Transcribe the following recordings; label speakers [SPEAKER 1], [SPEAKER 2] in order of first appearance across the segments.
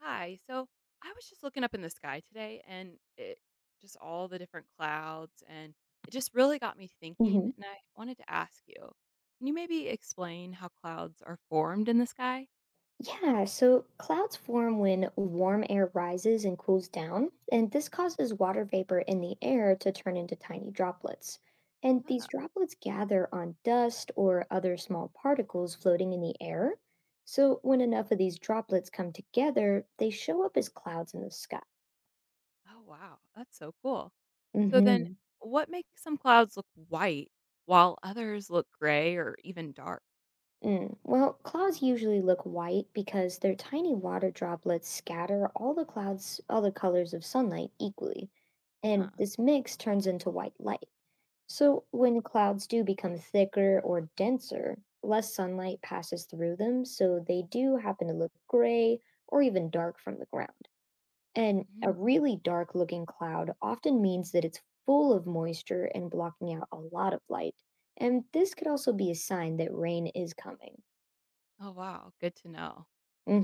[SPEAKER 1] Hi. So I was just looking up in the sky today and it just all the different clouds and it just really got me thinking
[SPEAKER 2] hmm
[SPEAKER 1] and I wanted to ask you, can you maybe explain how clouds are formed in the sky?
[SPEAKER 2] Yeah, so clouds form when warm air rises and cools down, and this causes water vapor in the air to turn into tiny droplets. And
[SPEAKER 1] Oh,
[SPEAKER 2] these droplets gather on dust or other small particles floating in the air. So when enough of these droplets come together, they show up as clouds in the sky.
[SPEAKER 1] oh wow. That's so cool. So then
[SPEAKER 2] hmm
[SPEAKER 1] what makes some clouds look white while others look gray or even dark?
[SPEAKER 2] Mm. Well, clouds usually look white because their tiny water droplets scatter all the colors of sunlight equally, and
[SPEAKER 1] Huh.
[SPEAKER 2] this mix turns into white light. So
[SPEAKER 1] Cool.
[SPEAKER 2] when clouds do become thicker or denser, less sunlight passes through them, so they do happen to look gray or even dark from the ground. And a
[SPEAKER 1] Mm.
[SPEAKER 2] really dark looking cloud often means that it's full of moisture and blocking out a lot of light. And this could also be a sign that rain is coming.
[SPEAKER 1] Oh wow, good to know.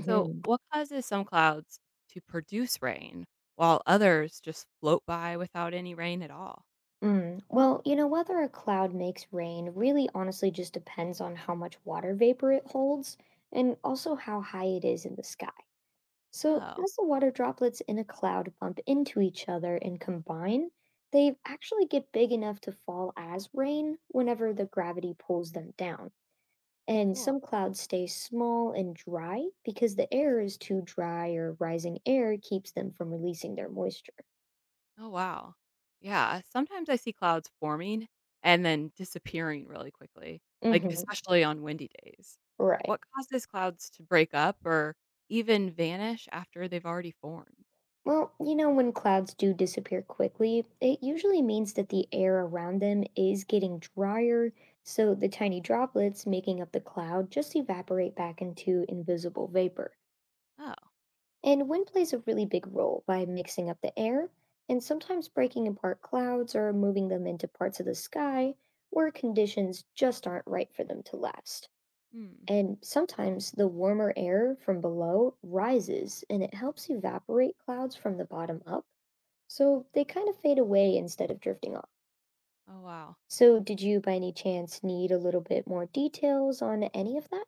[SPEAKER 1] So, what causes some clouds to produce rain while others just float by without any rain at all?
[SPEAKER 2] Mm. Well, you know, whether a cloud makes rain really honestly just depends on how much water vapor it holds and also how high it is in the sky. So,
[SPEAKER 1] Oh,
[SPEAKER 2] as the water droplets in a cloud bump into each other and combine, they actually get big enough to fall as rain whenever the gravity pulls them down. And
[SPEAKER 1] cool.
[SPEAKER 2] some clouds stay small and dry because the air is too dry or rising air keeps them from releasing their moisture.
[SPEAKER 1] Oh, wow. Yeah. Sometimes I see clouds forming and then disappearing really quickly, like
[SPEAKER 2] Mm-hmm.
[SPEAKER 1] especially on windy days.
[SPEAKER 2] Right.
[SPEAKER 1] What causes clouds to break up or even vanish after they've already formed?
[SPEAKER 2] Well, you know, when clouds do disappear quickly, it usually means that the air around them is getting drier, so the tiny droplets making up the cloud just evaporate back into invisible vapor.
[SPEAKER 1] Oh,
[SPEAKER 2] And wind plays a really big role by mixing up the air and sometimes breaking apart clouds or moving them into parts of the sky where conditions just aren't right for them to last.
[SPEAKER 1] hmm.
[SPEAKER 2] And sometimes the warmer air from below rises and it helps evaporate clouds from the bottom up so they kind of fade away instead of drifting off.
[SPEAKER 1] Oh, wow.
[SPEAKER 2] So did you by any chance need a little bit more details on any of that?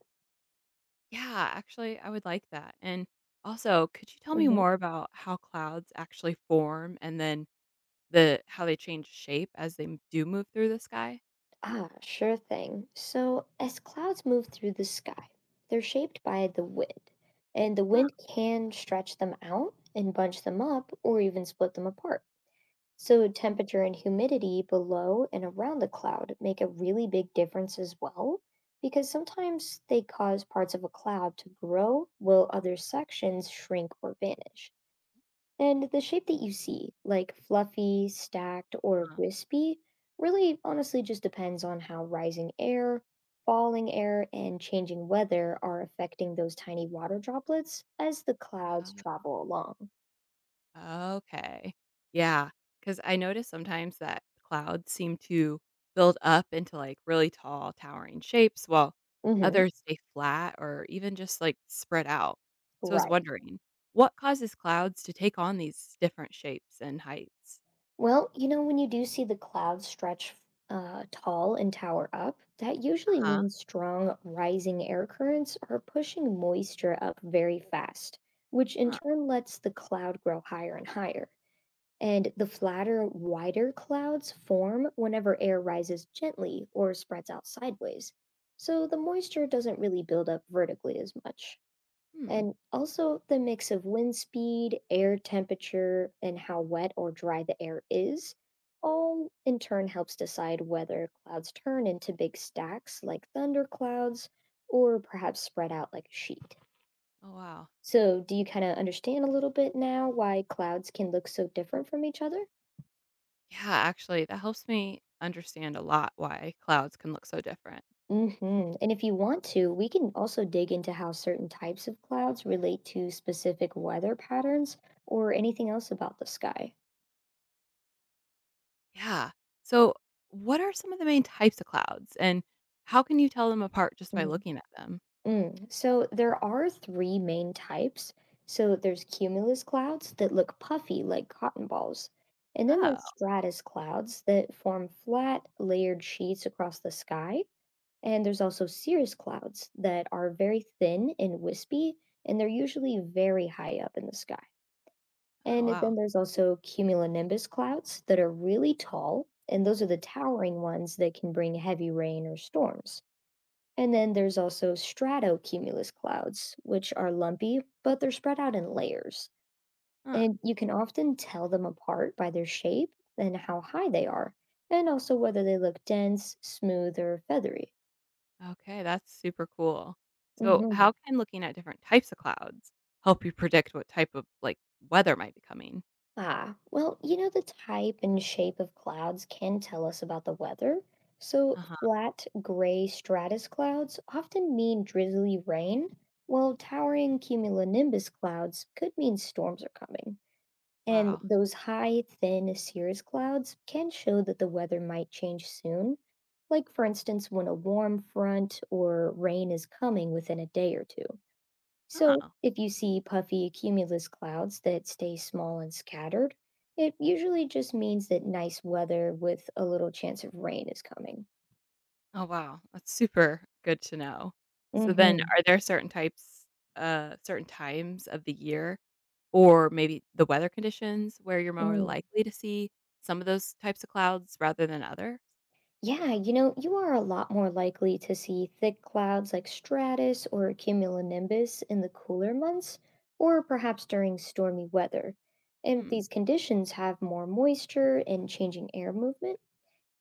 [SPEAKER 1] Yeah, actually, I would like that. And also, could you tell me
[SPEAKER 2] hmm
[SPEAKER 1] more about how clouds actually form and then the how they change shape as they m do move through the sky?
[SPEAKER 2] Ah, sure thing. So as clouds move through the sky, they're shaped by the wind, and the
[SPEAKER 1] Huh,
[SPEAKER 2] wind can stretch them out and bunch them up or even split them apart. So,
[SPEAKER 1] mm-mm.
[SPEAKER 2] temperature and humidity below and around the cloud make a really big difference as well, because sometimes they cause parts of a cloud to grow while other sections shrink or vanish. And the shape that you see, like fluffy, stacked, or wispy, really honestly just depends on how rising air, falling air, and changing weather are affecting those tiny water droplets as the clouds
[SPEAKER 1] Uh,
[SPEAKER 2] travel along.
[SPEAKER 1] okay. Yeah, 'cause I notice sometimes that clouds seem to build up into, like, really tall, towering shapes, while
[SPEAKER 2] Hmm
[SPEAKER 1] others stay flat or even just, like, spread out. So, I was
[SPEAKER 2] Right.
[SPEAKER 1] wondering, what causes clouds to take on these different shapes and heights?
[SPEAKER 2] Well, you know, when you do see the clouds stretch tall and tower up, that usually
[SPEAKER 1] Uh-huh,
[SPEAKER 2] means strong rising air currents are pushing moisture up very fast, which in
[SPEAKER 1] huh.
[SPEAKER 2] turn lets the cloud grow higher and higher. And the flatter, wider clouds form whenever air rises gently or spreads out sideways. So the moisture doesn't really build up vertically as much.
[SPEAKER 1] Hmm.
[SPEAKER 2] And also the mix of wind speed, air temperature, and how wet or dry the air is, all in turn helps decide whether clouds turn into big stacks like thunderclouds or perhaps spread out like a sheet.
[SPEAKER 1] Oh, wow.
[SPEAKER 2] So, do you kind of understand a little bit now why clouds can look so different from each other?
[SPEAKER 1] Yeah, actually, that helps me understand a lot why clouds can look so different.
[SPEAKER 2] And if you want to, we can also dig into how certain types of clouds relate to specific weather patterns or anything else about the sky.
[SPEAKER 1] Yeah. So, what are some of the main types of clouds, and how can you tell them apart just by
[SPEAKER 2] Mhm.
[SPEAKER 1] looking at them?
[SPEAKER 2] Mm. So there are three main types. So there's cumulus clouds that look puffy like cotton balls. And then there's
[SPEAKER 1] Oh,
[SPEAKER 2] stratus clouds that form flat, layered sheets across the sky. And there's also cirrus clouds that are very thin and wispy, and they're usually very high up in the sky.
[SPEAKER 1] oh
[SPEAKER 2] And
[SPEAKER 1] wow.
[SPEAKER 2] then there's also cumulonimbus clouds that are really tall, and those are the towering ones that can bring heavy rain or storms. And then there's also stratocumulus clouds, which are lumpy, but they're spread out in layers.
[SPEAKER 1] Huh.
[SPEAKER 2] And you can often tell them apart by their shape and how high they are, and also whether they look dense, smooth, or feathery.
[SPEAKER 1] Okay, that's super cool. So, how
[SPEAKER 2] hmm
[SPEAKER 1] can looking at different types of clouds help you predict what type of like weather might be coming?
[SPEAKER 2] Ah, well, you know, the type and shape of clouds can tell us about the weather. So,
[SPEAKER 1] Uh huh.
[SPEAKER 2] flat, gray stratus clouds often mean drizzly rain, while towering cumulonimbus clouds could mean storms are coming. And
[SPEAKER 1] Wow.
[SPEAKER 2] those high, thin cirrus clouds can show that the weather might change soon, like, for instance, when a warm front or rain is coming within a day or two. So,
[SPEAKER 1] Oh.
[SPEAKER 2] if you see puffy cumulus clouds that stay small and scattered, it usually just means that nice weather with a little chance of rain is coming.
[SPEAKER 1] Oh wow. That's super good to know. So then,
[SPEAKER 2] Mm-hmm.
[SPEAKER 1] are there certain types, certain times of the year or maybe the weather conditions where you're more
[SPEAKER 2] mm.
[SPEAKER 1] likely to see some of those types of clouds rather than other?
[SPEAKER 2] Yeah, you know, you are a lot more likely to see thick clouds like stratus or cumulonimbus in the cooler months, or perhaps during stormy weather. And
[SPEAKER 1] Hmm,
[SPEAKER 2] these conditions have more moisture and changing air movement.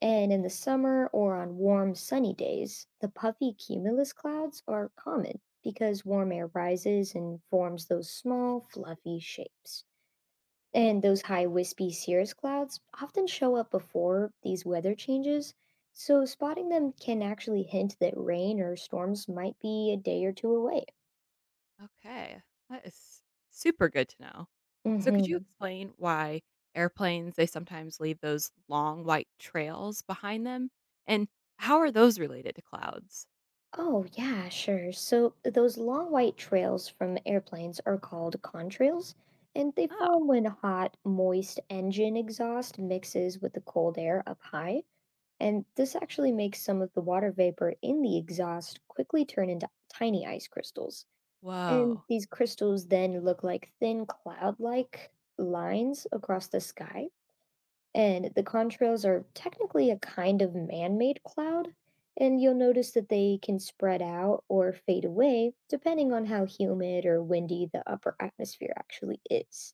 [SPEAKER 2] And in the summer or on warm, sunny days, the puffy cumulus clouds are common because warm air rises and forms those small, fluffy shapes. And those high, wispy cirrus clouds often show up before these weather changes, so spotting them can actually hint that rain or storms might be a day or two away.
[SPEAKER 1] okay. That is super good to know. So could you
[SPEAKER 2] Mm-hmm.
[SPEAKER 1] explain why airplanes they sometimes leave those long white trails behind them? And how are those related to clouds?
[SPEAKER 2] Oh, yeah, sure. So those long white trails from airplanes are called contrails, and they
[SPEAKER 1] Oh,
[SPEAKER 2] form when hot, moist engine exhaust mixes with the cold air up high. And this actually makes some of the water vapor in the exhaust quickly turn into tiny ice crystals. And
[SPEAKER 1] whoa.
[SPEAKER 2] these crystals then look like thin cloud like lines across the sky. And the contrails are technically a kind of man made cloud. And you'll notice that they can spread out or fade away depending on how humid or windy the upper atmosphere actually is.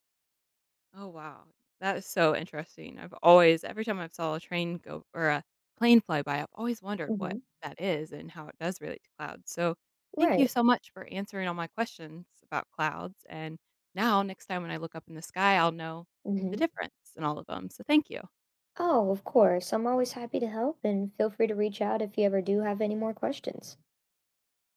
[SPEAKER 1] Oh wow, that is so interesting. I've always, every time I've saw a train go or a plane fly by, I've always wondered what
[SPEAKER 2] Hmm
[SPEAKER 1] that is and how it does relate to clouds. So thank you
[SPEAKER 2] Right.
[SPEAKER 1] so much for answering all my questions about clouds. And now next time when I look up in the sky, I'll know the
[SPEAKER 2] hmm
[SPEAKER 1] difference in all of them. So thank you.
[SPEAKER 2] Oh, of course. I'm always happy to help, and feel free to reach out if you ever do have any more questions.